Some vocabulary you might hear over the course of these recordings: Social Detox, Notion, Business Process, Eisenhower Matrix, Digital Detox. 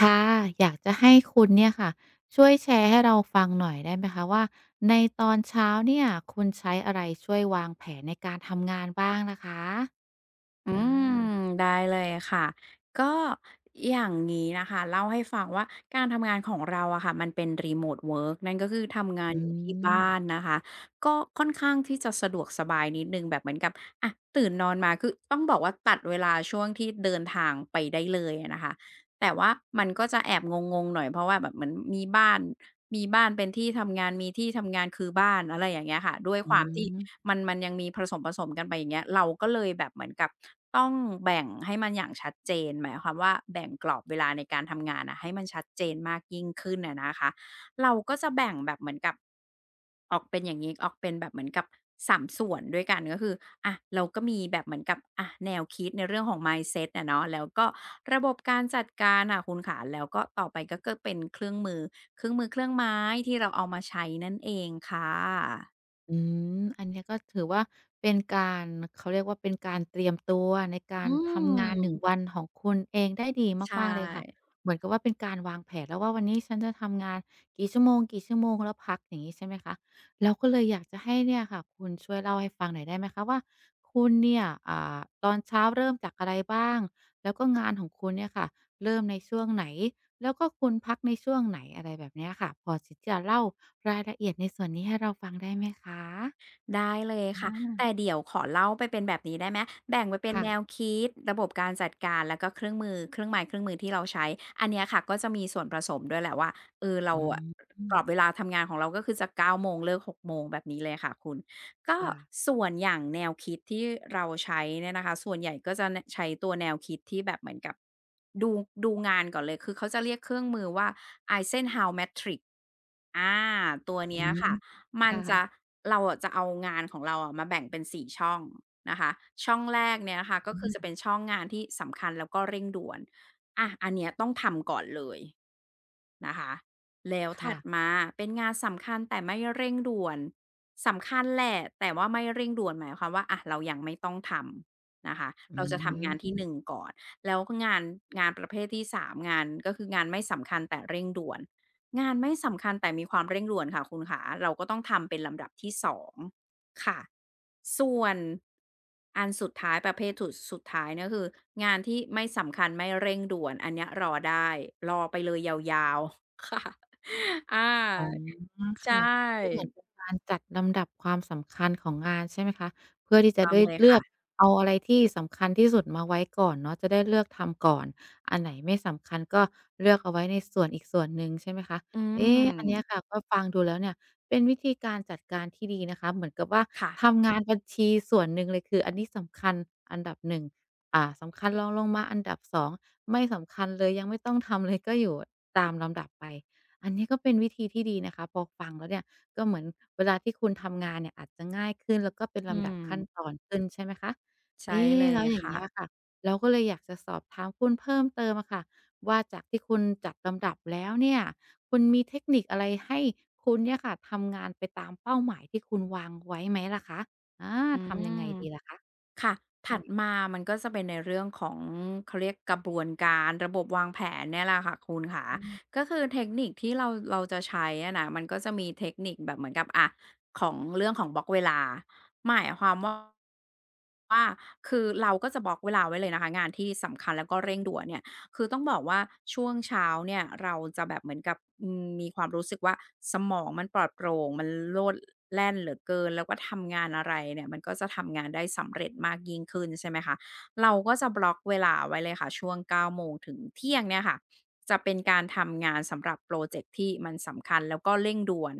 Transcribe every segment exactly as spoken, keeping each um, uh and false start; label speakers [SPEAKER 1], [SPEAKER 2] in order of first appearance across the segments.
[SPEAKER 1] ค่ะอยากจะให้คุณเนี่ยค่ะช่วยแชร์ให้เราฟังหน่อยได้ไหมคะว่าในตอนเช้าเนี่ยคุณใช้อะไรช่วยวางแผนในการทำงานบ้างนะคะ
[SPEAKER 2] อื
[SPEAKER 1] อา
[SPEAKER 2] มได้เลยค่ะก็อย่างนี้นะคะเล่าให้ฟังว่าการทำงานของเราอะค่ะมันเป็น remote work นั่นก็คือทำงาน
[SPEAKER 1] อื
[SPEAKER 2] อยู่ที่บ้า
[SPEAKER 1] ม
[SPEAKER 2] นนะคะก็ค่อนข้างที่จะสะดวกสบายนิดนึงแบบเหมือนกับอะตื่นนอนมาคือต้องบอกว่าตัดเวลาช่วงที่เดินทางไปได้เลยอะนะคะแต่ว่ามันก็จะแอบงงๆหน่อยเพราะว่าแบบเหมือนมีบ้าน มีบ้านเป็นที่ทำงานมีที่ทำงานคือบ้านอะไรอย่างเงี้ยค่ะด้วย
[SPEAKER 1] อื
[SPEAKER 2] ความที่
[SPEAKER 1] ม
[SPEAKER 2] มันมันยังมีผสมๆกันไปอย่างเงี้ยเราก็เลยแบบเหมือนกับต้องแบ่งให้มันอย่างชัดเจนหมายความว่าแบ่งกรอบเวลาในการทำงานอะให้มันชัดเจนมากยิ่งขึ้นอะนะคะเราก็จะแบ่งแบบเหมือนกับออกเป็นอย่างงี้ออกเป็นแบบเหมือนกับสามส่วนด้วยกันก็คืออะเราก็มีแบบเหมือนกับอะแนวคิดในเรื่องของ mindset อะเนาะแล้วก็ระบบการจัดการอะคุณขาแล้วก็ต่อไปก็ก็เป็นเครื่องมือ เครื่องมือเครื่องไม้ที่เราเอามาใช้นั่นเองค่ะ
[SPEAKER 1] อืมอันเนี้ยก็ถือว่าเป็นการเขาเรียกว่าเป็นการเตรียมตัวในกา
[SPEAKER 2] อื
[SPEAKER 1] รทำงานหนึ่งวั
[SPEAKER 2] ม
[SPEAKER 1] นของคุณเองได้ดี
[SPEAKER 2] ใช่
[SPEAKER 1] มากๆเลยค่ะเหมือนกับว่าเป็นการวางแผนแล้วว่าวันนี้ฉันจะทำงานกี่ชั่วโมงกี่ชั่วโมงแล้วพักอย่างงี้ใช่ไหมคะเราก็เลยอยากจะให้เนี่ยค่ะคุณช่วยเล่าให้ฟังหน่อยได้ไหมคะว่าคุณเนี่ยอ่าตอนเช้าเริ่มจากอะไรบ้างแล้วก็งานของคุณเนี่ยค่ะเริ่มในช่วงไหน แล้วก็คุณพักในช่วงไหนอะไรแบบเนี้ยค่ะพอที่จะเล่ารายละเอียดในส่วนนี้ให้เราฟังได้ไหมคะ
[SPEAKER 2] ได้เลย
[SPEAKER 1] อ
[SPEAKER 2] ค่ะแต่
[SPEAKER 1] า
[SPEAKER 2] เดี๋ยวขอเล่าไปเป็นแบบนี้ได้ไหมแบ่งไปเป็นแนว
[SPEAKER 1] ค่ะ
[SPEAKER 2] คิดระบบการจัดการแล้วก็เครื่องมือเครื่องไม้เครื่องมือที่เราใช้อันเนี้ยค่ะก็จะมีส่วนผสมด้วยแหละว่าเออเรา
[SPEAKER 1] อื
[SPEAKER 2] อะก
[SPEAKER 1] ม
[SPEAKER 2] รอบเวลาทำงานของเราก็คือจะเก้าโมงเลิกหกโมงแบบนี้เลยค่ะคุณก็
[SPEAKER 1] ค่ะ
[SPEAKER 2] ส่วนอย่างแนวคิดที่เราใช้เนี่ยนะคะส่วนใหญ่ก็จะนใช้ตัวแนวคิดที่แบบเหมือนกับดูดูงานก่อนเลยคือเขาจะเรียกเครื่องมือว่า Eisenhower Matrix อาตัว
[SPEAKER 1] อื
[SPEAKER 2] เนี้ย
[SPEAKER 1] ม
[SPEAKER 2] ค่ะมันจะ
[SPEAKER 1] ค่ะ
[SPEAKER 2] เราอะจะเอางานของเราอะมาแบ่งเป็นสี่ช่องนะคะ ช่องแรกเนี่ยนะคะก็
[SPEAKER 1] อื
[SPEAKER 2] คือจะเป็น
[SPEAKER 1] ม
[SPEAKER 2] ช่องงานที่สำคัญแล้วก็เร่งด่วนอะอันเนี้ยต้องทำก่อนเลย นะคะแล้วถั
[SPEAKER 1] ค่ะ
[SPEAKER 2] ดมาเป็นงานสำคัญแต่ไม่เร่งด่วนสำคัญแหละแต่ว่าไม่เร่งด่วนหมายความว่าอะเรายังไม่ต้องทำนะคะ
[SPEAKER 1] อื
[SPEAKER 2] เราจะทำงานที่
[SPEAKER 1] ม
[SPEAKER 2] หนึ่งก่อนแล้วก็งานงานประเภทที่สามงานก็คืองานไม่สำคัญแต่เร่งด่วนงานไม่สำคัญแต่มีความเร่งด่วนค่ะคุณขาเราก็ต้องทำเป็นลำดับที่สองค่ะ ส่วนอันสุดท้ายประเภทสุดสุดท้ายเนี่ยคืองานที่ไม่สำคัญไม่เร่งด่วนอันเนี้ยรอได้รอไปเลยยาวๆ อา
[SPEAKER 1] อ๋อ
[SPEAKER 2] ใช
[SPEAKER 1] ค่ะก็
[SPEAKER 2] ่
[SPEAKER 1] เหมือนเป็นการจัดลำดับความสำคัญของงานใช่ไหมคะเพื่อที่จะ
[SPEAKER 2] ต้อง
[SPEAKER 1] ได้
[SPEAKER 2] เลย
[SPEAKER 1] เลือก
[SPEAKER 2] ค่ะ
[SPEAKER 1] เอาอะไรที่สำคัญที่สุดมาไว้ก่อนเนาะจะได้เลือกทำก่อนอันไหนไม่สำคัญก็เลือกเอาไว้ในส่วนอีกส่วนหนึ่งใช่ไหมคะ
[SPEAKER 2] อื
[SPEAKER 1] เอ๊อันเนี้ย
[SPEAKER 2] ม
[SPEAKER 1] ค่ะก็ฟังดูแล้วเนี่ยเป็นวิธีการจัดการที่ดีนะคะเหมือนกับว่า
[SPEAKER 2] ค่ะ
[SPEAKER 1] ทำงานบัญชีส่วนหนึ่งเลยคืออันนี้สำคัญอันดับหนึ่งอ่าสำคัญรองลงมาอันดับสองไม่สำคัญเลยยังไม่ต้องทำเลยก็อยู่ตามลำดับไป อันนี้ก็เป็นวิธีที่ดีนะคะพอฟังแล้วเนี่ยก็เหมือนเวลาที่คุณทำงานเนี่ยอาจจะง่ายขึ้นแล้วก็เป็น
[SPEAKER 2] อื
[SPEAKER 1] ลำดับ
[SPEAKER 2] ม
[SPEAKER 1] ขั้นตอนขึ้นใช่ไหมคะ
[SPEAKER 2] ใช่เล
[SPEAKER 1] เอ๊ะ
[SPEAKER 2] ย
[SPEAKER 1] แล้วอย่าง
[SPEAKER 2] ค่ะ
[SPEAKER 1] เงี้ยค่ะเราก็เลยอยากจะสอบถามคุณเพิ่มเติมอะค่ะว่าจากที่คุณจัดลำดับแล้วเนี่ยคุณมีเทคนิคอะไรให้คุณเนี่ยค่ะทำงานไปตามเป้าหมายที่คุณวางไว้ไหมล่ะคะอา
[SPEAKER 2] อื
[SPEAKER 1] ทำยัง
[SPEAKER 2] ม
[SPEAKER 1] ไงดีล่ะคะ
[SPEAKER 2] ค่ะ
[SPEAKER 1] ค่
[SPEAKER 2] ถัด
[SPEAKER 1] ะ
[SPEAKER 2] มามันก็จะเป็นในเรื่องของเขาเรียกกระบวนการระบบวางแผนเนี่ยแหละค่ะคุณค่ะ
[SPEAKER 1] อืม
[SPEAKER 2] ก็คือเทคนิคที่เราเราจะใช้อะนะมันก็จะมีเทคนิคแบบเหมือนกับอะของเรื่องของบล็อกเวลาหมายความว่าว่าคือเราก็จะบล็อกเวลาไว้เลยนะคะงานที่สำคัญแล้วก็เร่งด่วนเนี่ย คือต้องบอกว่าช่วงเช้าเนี่ยเราจะแบบเหมือนกับอืมมีความรู้สึกว่าสมองมันปลอดโปร่งมันโลดแล่นเหลือเกินแล้วก็ทำงานอะไรเนี่ยมันก็จะทำงานได้สำเร็จมากยิ่งขึ้นใช่ไหมคะเราก็จะบล็อกเวลาไว้เลยค่ะช่วงเก้าโมงถึงเที่ยงเนี่ยค่ะจะเป็นการทำงานสำหรับโปรเจกต์ที่มันสำคัญแล้วก็เร่งด่วน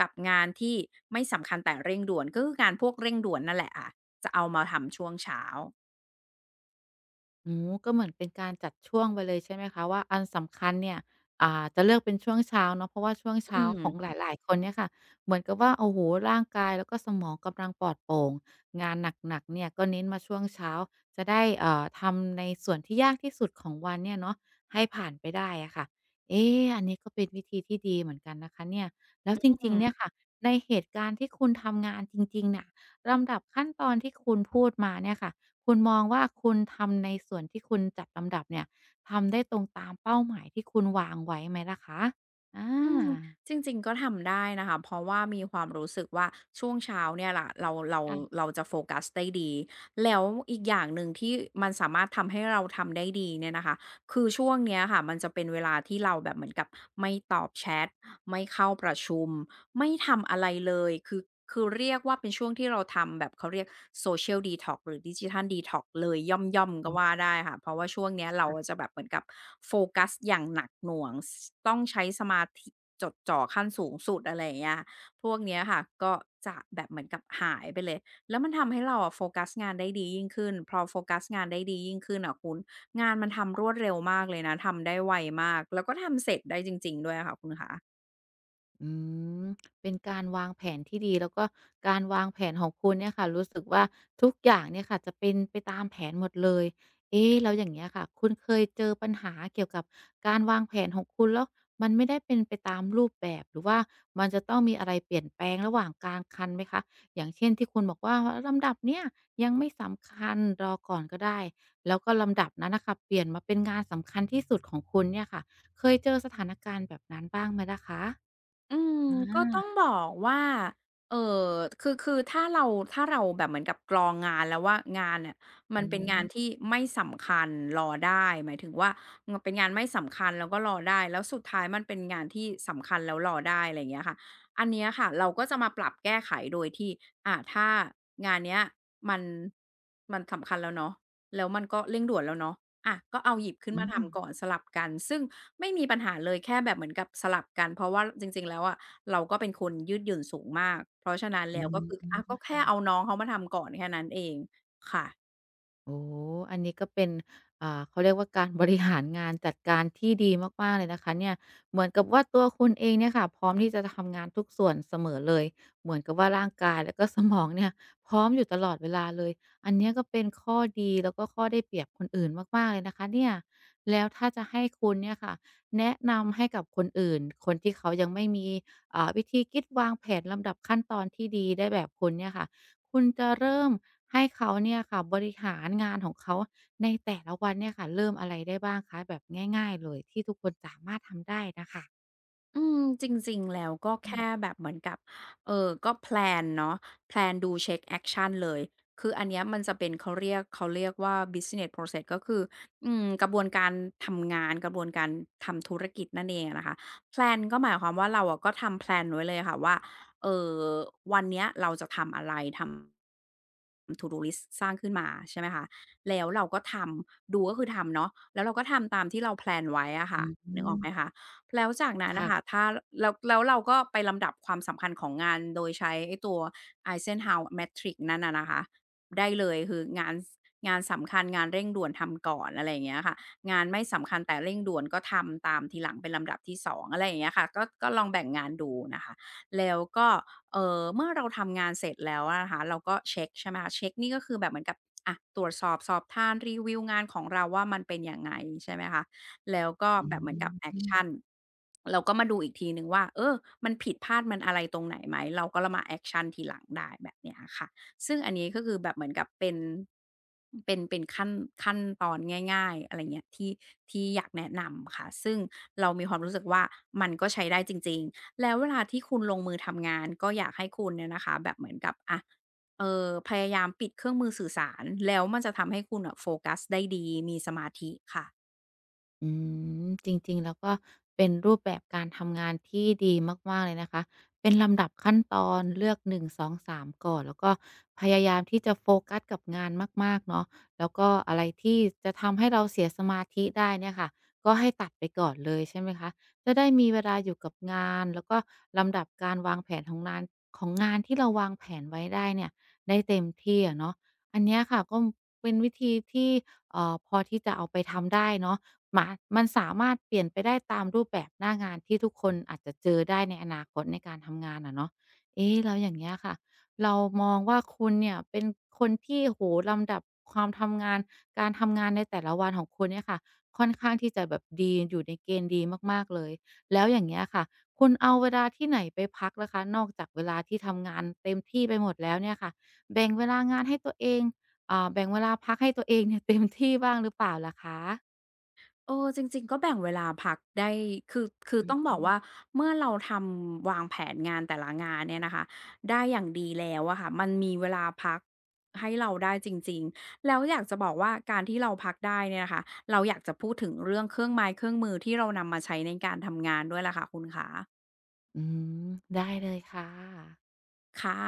[SPEAKER 2] กับงานที่ไม่สำคัญแต่เร่งด่วนก็คืองานพวกเร่งด่วนนั่นแหละอ่ะจะเอามาทำช่วงเช้า
[SPEAKER 1] โอ๋ก็เหมือนเป็นการจัดช่วงไปเลยใช่ไหมคะว่าอันสำคัญเนี่ยอ่าจะเลือกเป็นช่วงเช้าเนาะเพราะว่าช่วง
[SPEAKER 2] อื
[SPEAKER 1] เช้าของ
[SPEAKER 2] ม
[SPEAKER 1] หลายๆคนเนี่ยค่ะเหมือนกับว่าโอ้โฮร่างกายแล้วก็สมองกำลังปลอดโปร่งงานหนักๆเนี่ยก็เน้นมาช่วงเช้าจะได้เอ่อทำในส่วนที่ยากที่สุดของวันเนี่ยเนาะให้ผ่านไปได้อะค่ะเอ๊อันนี้ก็เป็นวิธีที่ดีเหมือนกันนะคะเนี่ยแล้
[SPEAKER 2] อ
[SPEAKER 1] วจ
[SPEAKER 2] ื
[SPEAKER 1] ริง
[SPEAKER 2] ม
[SPEAKER 1] ๆเนี่ยค่ะในเหตุการณ์ที่คุณทำงานจริงๆน่ะลำดับขั้นตอนที่คุณพูดมาเนี่ยค่ะ คุณมองว่าคุณทำในส่วนที่คุณจัดลำดับเนี่ยทำได้ตรงตามเป้าหมายที่คุณวางไว้ไหมล่ะคะอ
[SPEAKER 2] อืม
[SPEAKER 1] า
[SPEAKER 2] จริงๆก็ทำได้นะคะ เพราะว่ามีความรู้สึกว่าช่วงเช้าเนี่ยล่ะเราเรา
[SPEAKER 1] ค่
[SPEAKER 2] เราจะโฟกัสได้ดี แล้วอีกอย่างหนึ่งที่มันสามารถทำให้เราทำได้ดีเนี่ยนะคะ คือช่วงเนี้ยค่ะ มันจะเป็นเวลาที่เราแบบเหมือนกับไม่ตอบแชตไม่เข้าประชุม ไม่ทำอะไรเลยคือคือเรียกว่าเป็นช่วงที่เราทำแบบเขาเรียก Social Detox หรือ Digital Detox เลยย่อมๆก็
[SPEAKER 1] ะ
[SPEAKER 2] ว่าได้ค่ะเพราะว่าช่วงเนี้ยเราอะจะแบบเหมือนกับโฟกัสอย่างหนักหน่วงสต้องใช้สมาธิจดจ่อขั้นสูงสุดอะไรอย่างเงี้ยพวกเนี้ยค่ะก็จะแบบเหมือนกับหายไปเลยแล้วมันทำให้เราอะโฟกัสงานได้ดียิ่งขึ้นพอโฟกัสงานได้ดียิ่งขึ้นอะคุณงานมันทำรวดเร็วมากเลยนะทำได้ไวมากแล้วก็ทำเสร็จได้จริงๆด้วยอะค่ะคุณขา
[SPEAKER 1] อืมเป็นการวางแผนที่ดีแล้วก็การวางแผนของคุณเนี่ยค่ะรู้สึกว่าทุกอย่างเนี่ยค่ะจะเป็นไปตามแผนหมดเลยเอ๊ะแล้วอย่างเงี้ยค่ะคุณเคยเจอปัญหาเกี่ยวกับการวางแผนของคุณแล้วมันไม่ได้เป็นไปตามรูปแบบหรือว่ามันจะต้องมีอะไรเปลี่ยนแปลงระหว่างกลางคันไหมคะอย่างเช่นที่คุณบอกว่าลำดับเนี้ยยังไม่สำคัญรอก่อนก็ได้แล้วก็ลำดับนั้นน่ะค่ะเปลี่ยนมาเป็นงานสำคัญที่สุดของคุณเนี่ยค่ะเคยเจอสถานการณ์แบบนั้นบ้างไหมล่ะคะ
[SPEAKER 2] อืม
[SPEAKER 1] อ
[SPEAKER 2] ก็ต้อง
[SPEAKER 1] า
[SPEAKER 2] บอกว่าเออคือคือถ้าเราถ้าเราแบบเหมือนกับกรองงานแล้วว่างานเนี่ยมัน
[SPEAKER 1] อื
[SPEAKER 2] เป็นงานที่
[SPEAKER 1] ม
[SPEAKER 2] ไม่สำคัญรอได้หมายถึงว่ามันเป็นงานไม่สำคัญแล้วก็รอได้แล้วสุดท้ายมันเป็นงานที่สำคัญแล้วรอได้อะไรอย่างเงี้ยค่ะอันเนี้ยค่ะเราก็จะมาปรับแก้ไขโดยที่อ่าถ้างานเนี้ยมันมันสำคัญแล้วเนาะ แล้วมันก็เร่งด่วนแล้วเนาะอ่ะ ก็เอาหยิบขึ้น
[SPEAKER 1] อื
[SPEAKER 2] มา
[SPEAKER 1] ม
[SPEAKER 2] ทำก่อนสลับกัน ซึ่งไม่มีปัญหาเลยแค่แบบเหมือนกับสลับกัน เพราะว่าจริงๆ แล้วอะเราก็เป็นคนยืดหยุ่นสูงมาก เพราะฉะนั้น
[SPEAKER 1] อื
[SPEAKER 2] แล้วก็
[SPEAKER 1] ม
[SPEAKER 2] คืออะก็
[SPEAKER 1] ค่ะค่
[SPEAKER 2] แค่เอา
[SPEAKER 1] ะ
[SPEAKER 2] น้องเขามาทำก่อนแค่นั้นเองค่ะ
[SPEAKER 1] โอ๋ออันนี้ก็เป็นอ่าเขาเรียกว่าการบริหารงานจัดการที่ดีมากๆเลยนะคะเนี่ยเหมือนกับว่าตัวคุณเองเนี่ยค่ะพร้อมที่จะทำงานทุกส่วนเสมอเลยเหมือนกับว่าร่างกายแล้วก็สมองเนี่ยพร้อมอยู่ตลอดเวลาเลยอันเนี้ยก็เป็นข้อดีแล้วก็ข้อได้เปรียบคนอื่นมากๆเลยนะคะเนี่ยแล้วถ้าจะให้คุณเนี่ยค่ะแนะนำให้กับคนอื่นคนที่เขายังไม่มีอ่าวิธีคิดวางแผนลำดับขั้นตอนที่ดีได้แบบคุณเนี่ยค่ะ คุณจะเริ่มให้เขาเนี่ยค่ะบริหารงานของเขาในแต่ละวันเนี่ยค่ะเริ่มอะไรได้บ้างคะแบบง่ายๆเลยที่ทุกคนสามารถทำได้น่ะค่ะ
[SPEAKER 2] อืมจริงๆ แล้วก็แค่แบบเหมือนกับเอ่อก็แพลนเนาะแพลนดูเช็กแอกชันเลยคืออันเนี้ยมันจะเป็นเขาเรียกเขาเรียกว่า บิสสิเนส โพรเซส ก็คืออืมกระบวนการทำงานกระบวนการทำธุรกิจนั่นเองอะนะคะแพลนก็หมายความว่าเราอะก็ทำแพลนไว้เลยค่ะว่าเอ่อวันเนี้ยเราจะทำอะไรทำ ทู ดู ลิสต์ สร้างขึ้นมาใช่ไหมคะแล้วเราก็ทำดูก็คือทำเนาะแล้วเราก็ทำตามที่เราแพลนไว้อะค่ะ
[SPEAKER 1] อื
[SPEAKER 2] นึกออก
[SPEAKER 1] ม
[SPEAKER 2] ไหมคะ แล้วจากนั้นนะคะ
[SPEAKER 1] ค่ะ
[SPEAKER 2] ถ้าแล้วแล้วเราก็ไปลำดับความสำคัญของงานโดยใช้ไอ้ตัว ไอเซนฮาวร์ เมทริกซ์ นั่นน่ะนะคะได้เลยคืองานสงานสำคัญงานเร่งด่วนทำก่อนอะไรอย่างเงี้ยค่ะงานไม่สำคัญแต่เร่งด่วนก็ทำตามทีหลังเป็นลำดับที่สองอะไรอย่างเงี้ยค่ะก็ก็ลองแบ่งงานดูนะคะแล้วก็เออเมื่อเราทำงานเสร็จแล้วอะนะคะเราก็เช็คใช่ไหมคะเช็คนี่ก็คือแบบเหมือนกับอะตรวจสอบสอบทานรีวิวงานของเราว่ามันเป็นยังไงใช่ไหมคะ แล้วก็
[SPEAKER 1] อื
[SPEAKER 2] แบบเหมือนกับแอค
[SPEAKER 1] ม
[SPEAKER 2] ชันเราก็มาดูอีกทีหนึ่งว่าเออมันผิดพลาดมันอะไรตรงไหนไหม เราก็มาแอคชันทีหลังได้แบบเนี้ยค่ะ ซึ่งอันนี้ก็คือแบบเหมือนกับเป็น เป็นเป็นขั้นขั้นตอนง่ายๆอะไรเงี้ยที่ที่อยากแนะนำค่ะ ซึ่งเรามีความรู้สึกว่ามันก็ใช้ได้จริงๆ แล้วเวลาที่คุณลงมือทำงานก็อยากให้คุณเนี่ยนะคะแบบเหมือนกับอะเอ่อพยายามปิดเครื่องมือสื่อสารแล้วมันจะทำให้คุณน่ะโฟกัสได้ดีมีสมาธิค่ะ
[SPEAKER 1] อืมจริงๆแล้วก็เป็นรูปแบบการทำงานที่ดีมากๆเลยนะคะเป็นลำดับขั้นตอนเลือกหนึ่งสสอง สามก่อนแล้วก็พยายามที่จะโฟกัสกับงานมากๆเนาะแล้วก็อะไรที่จะทำให้เราเสียสมาธิได้เนี่ยค่ะก็ให้ตัดไปก่อนเลยใช่ไหมคะจะได้มีเวลาอยู่กับงานแล้วก็ลำดับการวางแผนของนานของงานที่เราวางแผนไว้ได้เนี่ยได้เต็มที่อะเนาะอันเนี้ยค่ะก็เป็นวิธีที่เอ่อพอที่จะเอาไปทำได้เนาะ มามันสามารถเปลี่ยนไปได้ตามรูปแบบหน้างานที่ทุกคนอาจจะเจอได้ในอนาคตในการทำงานอะเนาะเอ๊ะแล้วอย่างเงี้ยค่ะเรามองว่าคุณเนี่ยเป็นคนที่โอ้โฮลำดับความทำงานการทำงานในแต่ละวันของคุณเนี่ยค่ะค่อนข้างที่จะแบบดีอยู่ในเกณฑ์ดีมากๆเลยแล้วอย่างเงี้ยค่ะคุณเอาเวลาที่ไหนไปพักล่ะคะนอกจากเวลาที่ทำงานเต็มที่ไปหมดแล้วเนี่ยค่ะแบ่งเวลางานให้ตัวเองอ่าแบ่งเวลาพักให้ตัวเองเนี่ย เต็มที่บ้างหรือเปล่าล่ะคะ
[SPEAKER 2] เออจริงๆก็แบ่งเวลาพักได้คือคือ
[SPEAKER 1] อื
[SPEAKER 2] ต้อ
[SPEAKER 1] อ
[SPEAKER 2] งบอ
[SPEAKER 1] ฮึ
[SPEAKER 2] กว่าเมื่อเราทำวางแผนงานแต่ละงานเนี่ยนะคะได้อย่างดีแล้วอะค่ะมันมีเวลาพักให้เราได้จริงๆแล้วอยากจะบอกว่าการที่เราพักได้เนี่ยนะคะเราอยากจะพูดถึงเรื่องเครื่องไม้เครื่องมือที่เรานำมาใช้ในการทำงานด้วยล่ะค่ะคุณขา
[SPEAKER 1] อืมได้เลยค่ะ
[SPEAKER 2] ค่ะ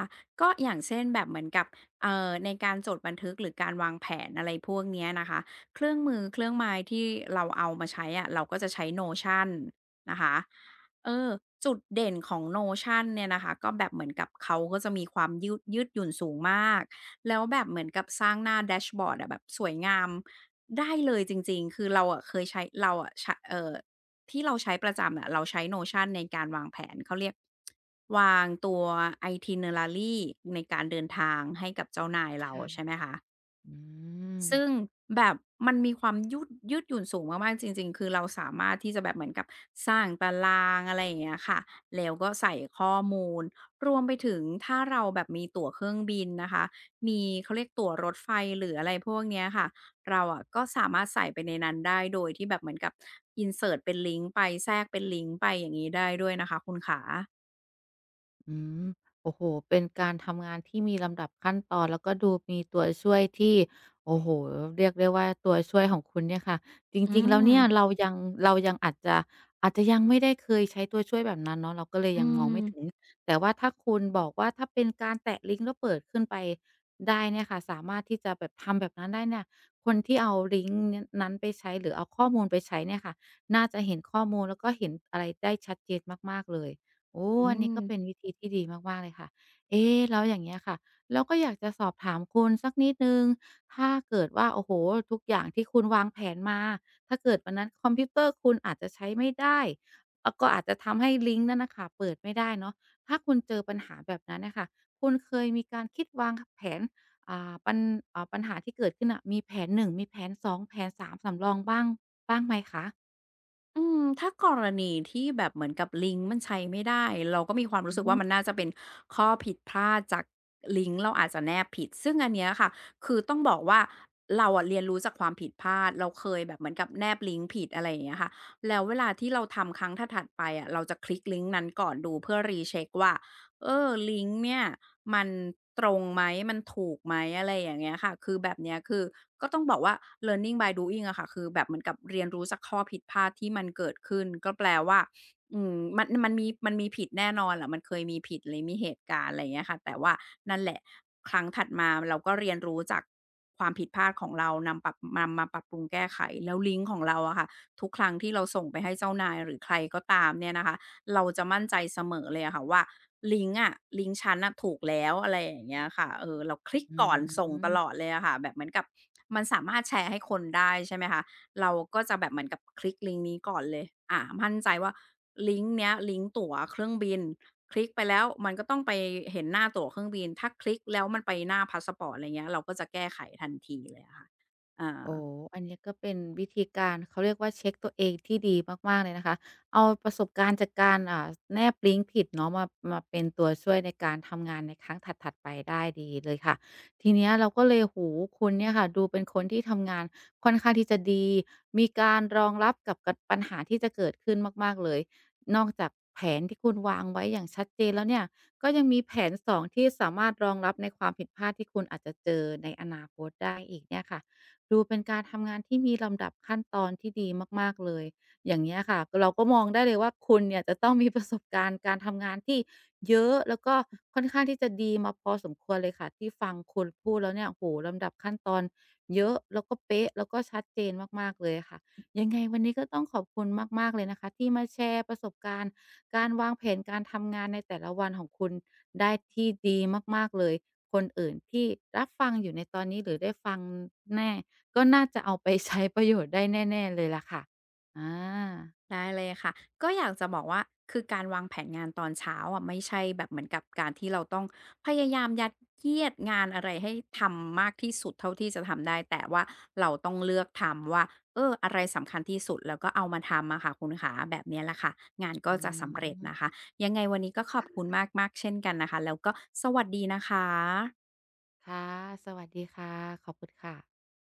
[SPEAKER 2] ก็อย่างเช่นแบบเหมือนกับเอ่อในการจดบันทึกหรือการวางแผนอะไรพวกเนี้ยนะคะเครื่องมือเครื่องไม้ที่เราเอามาใช้อะเราก็จะใช้โ o ชั o n นะคะเออจุดเด่นของ n นชั o n เนี่ยนะคะก็แบบเหมือนกับเขาก็จะมีความยืดยืดหยุ่นสูงมากแล้วแบบเหมือนกับสร้างหน้าแดชบอร์ดอะแบบสวยงามได้เลยจริงๆคือเราอะเคยใช้เราอะใชเออ ที่เราใช้ประจำอะเราใช้ โนชัน ในการวางแผนเขาเรียกวางตัว ไอทินเนอรารี ในการเดินทางให้กับเจ้านายเรา
[SPEAKER 1] ค่ะ
[SPEAKER 2] ใช่ไหมคะ
[SPEAKER 1] อืม
[SPEAKER 2] ซึ่งแบบมันมีความยืดยืดหยุ่นสูงมากๆจริงๆคือเราสามารถที่จะแบบเหมือนกับสร้างตารางอะไรอย่างเงี้ยค่ะแล้วก็ใส่ข้อมูลรวมไปถึงถ้าเราแบบมีตั๋วเครื่องบินนะคะมีเขาเรียกตั๋วรถไฟหรืออะไรพวกเนี้ยค่ะเราอะก็สามารถใส่ไปในนั้นได้โดยที่แบบเหมือนกับ อินเสิร์ต เป็นลิงก์ไปแทรกเป็นลิงก์ไปอย่างงี้ได้ด้วยนะคะคุณขา
[SPEAKER 1] อืมโอ้โฮเป็นการทำงานที่มีลำดับขั้นตอนแล้วก็ดูมีตัวช่วยที่โอ้โฮเรียกได้ว่าตัวช่วยของคุณเนี่ยค่ะจ
[SPEAKER 2] อื
[SPEAKER 1] ริงๆแล้ว
[SPEAKER 2] ม
[SPEAKER 1] เนี่ยเรายังเรายังอาจจะอาจจะยังไม่ได้เคยใช้ตัวช่วยแบบนั้นเนาะเราก็เลย
[SPEAKER 2] อื
[SPEAKER 1] ยังมอง
[SPEAKER 2] ม
[SPEAKER 1] ไม่ถึงแต่ว่าถ้าคุณบอกว่าถ้าเป็นการแตะลิงก์แล้วเปิดขึ้นไปได้เนี่ยค่ะสามารถที่จะแบบทำแบบนั้นได้เนี่ยคนที่เอาลิงก์เนี้ยนั้นไปใช้หรือเอาข้อมูลไปใช้เนี่ยค่ะน่าจะเห็นข้อมูลแล้วก็เห็นอะไรได้ชัดเจนมากๆเลย โอ้
[SPEAKER 2] อื
[SPEAKER 1] อันนี้
[SPEAKER 2] ม
[SPEAKER 1] ก็เป็นวิธีที่ดีมากๆเลยค่ะเอ๊ะแล้วอย่างเงี้ยค่ะเราก็อยากจะสอบถามคุณสักนิดหนึ่งถ้าเกิดว่าโอ้โฮทุกอย่างที่คุณวางแผนมาถ้าเกิดวันนั้นคอมพิวเตอร์คุณอาจจะใช้ไม่ได้เอ่อก็อาจจะทำให้ลิงก์นั้นน่ะค่ะเปิดไม่ได้เนาะถ้าคุณเจอปัญหาแบบนั้นน่ะค่ะคุณเคยมีการคิดวางคแผนอ่าปัญอ่าปัญหาที่เกิดขึ้นน่ะมีแผนหนึ่งมีแผนสองแผนสามสำรองบ้างบ้างไหมคะ
[SPEAKER 2] อืมถ้ากรณีที่แบบเหมือนกับลิงก์มันใช้ไม่ได้เราก็มีความรู้
[SPEAKER 1] อื
[SPEAKER 2] สึกว่ามัน
[SPEAKER 1] ม
[SPEAKER 2] น่าจะเป็นข้อผิดพลาดจากลิงก์เราอาจจะแนบผิดซึ่งอันเนี้ยค่ะคือต้องบอกว่าเราอะเรียนรู้จากความผิดพลาดเราเคยแบบเหมือนกับแนบลิงก์ผิดอะไรอย่างเงี้ยค่ะแล้วเวลาที่เราทำครั้งถัดๆไปอะเราจะคลิกลิงก์นั้นก่อนดูเพื่อ รีเช็ก ว่า เออลิงก์เนี่ยมันตรงไหมมันถูกไหมอะไรอย่างเงี้ยค่ะคือแบบเนี้ยคือก็ต้องบอกว่า learning by doing อะค่ะคือแบบเหมือนกับเรียนรู้จากข้อผิดพลาดที่มันเกิดขึ้นก็แปลว่าอืมมันมันมีมันมีผิดแน่นอนแหละมันเคยมีผิดหรือมีเหตุการณ์อะไรอย่างเงี้ยค่ะแต่ว่านั่นแหละครั้งถัดมาเราก็เรียนรู้จากความผิดพลาดของเรานำปรับนำมาปรับปรุงแก้ไขแล้วลิงก์ของเราอะค่ะทุกครั้งที่เราส่งไปให้เจ้านายหรือใครก็ตามเนี่ยนะคะ เราจะมั่นใจเสมอเลยอะค่ะว่าลิงก์อะลิงก์ฉันนอะถูกแล้วอะไรอย่างเงี้ยค่ะเออเราคลิก
[SPEAKER 1] อื
[SPEAKER 2] ก่อนส่งต
[SPEAKER 1] ม
[SPEAKER 2] ลอดเลยอะค่ะแบบเหมือนกับมันสามารถแชร์ให้คนได้ใช่ไหมคะเราก็จะแบบเหมือนกับคลิกลิงก์นี้ก่อนเลยอะมั่นใจว่าลิงก์เนี้ยลิงก์ตั๋วเครื่องบินคลิกไปแล้วมันก็ต้องไปเห็นหน้าตั๋วเครื่องบินถ้าคลิกแล้วมันไปหน้าพาสปอร์ตอะไรเงี้ยเราก็จะแก้ไขทันทีเลยอะค่ะอา
[SPEAKER 1] โอ้อันนี้ก็เป็นวิธีการเขาเรียกว่าเช็คตัวเองที่ดีมากๆเลยนะคะ เอาประสบการณ์จากการอ่าแนบลิงก์ผิดเนาะมามาเป็นตัวช่วยในการทำงานในครั้งถัดๆไปได้ดีเลยค่ะ ทีเนี้ยเราก็เลยโอ้โฮคุณเนี่ยค่ะดูเป็นคนที่ทำงานค่อนข้างที่จะดี มีการรองรับกับกับปัญหาที่จะเกิดขึ้นมากๆเลย นอกจากแผนที่คุณวางไว้อย่างชัดเจนแล้วเนี่ยก็ยังมีแผนสองที่สามารถรองรับในความผิดพลาดที่คุณอาจจะเจอในอนาคตได้อีกเนี่ยค่ะ ดูเป็นการทำงานที่มีลำดับขั้นตอนที่ดีมากๆเลย อย่างเงี้ยค่ะเราก็มองได้เลยว่าคุณเนี่ยจะต้องมีประสบการณ์การทำงานที่เยอะแล้วก็ค่อนข้างที่จะดีมาพอสมควรเลยค่ะที่ฟังคุณพูดแล้วเนี่ยโอ้โฮลำดับขั้นตอนเยอะแล้วก็เป๊ะแล้วก็ชัดเจนมากๆเลยค่ะยังไงวันนี้ก็ต้องขอบคุณมากๆเลยนะคะที่มาแชร์ประสบการณ์การวางแผนการทำงานในแต่ละวันของคุณได้ที่ดีมากๆเลยคนอื่นที่รับฟังอยู่ในตอนนี้หรือได้ฟังแน่ ก็น่าจะเอาไปใช้ประโยชน์ได้แน่ๆเลยล่ะค่ะอา
[SPEAKER 2] ได้เลยค่ะก็อยากจะบอกว่าคือการวางแผนงานตอนเช้าอะไม่ใช่แบบเหมือนกับการที่เราต้องพยายามยัดเยียดงานอะไรให้ทำมากที่สุดเท่าที่จะทำได้แต่ว่าเราต้องเลือกทำว่าเอออะไรสำคัญที่สุดแล้วก็เอามาทำอะค่ะคุณขาแบบเนี้ยแหละค่ะงานก็
[SPEAKER 1] อื
[SPEAKER 2] จะสำเร็จนะ
[SPEAKER 1] ม
[SPEAKER 2] คะยังไงวันนี้ก็ขอบคุณมากๆเช่นกันนะคะแล้วก็สวัสดีนะคะ
[SPEAKER 1] ค่ะ สวัสดีค่ะ ขอบคุณค่ะ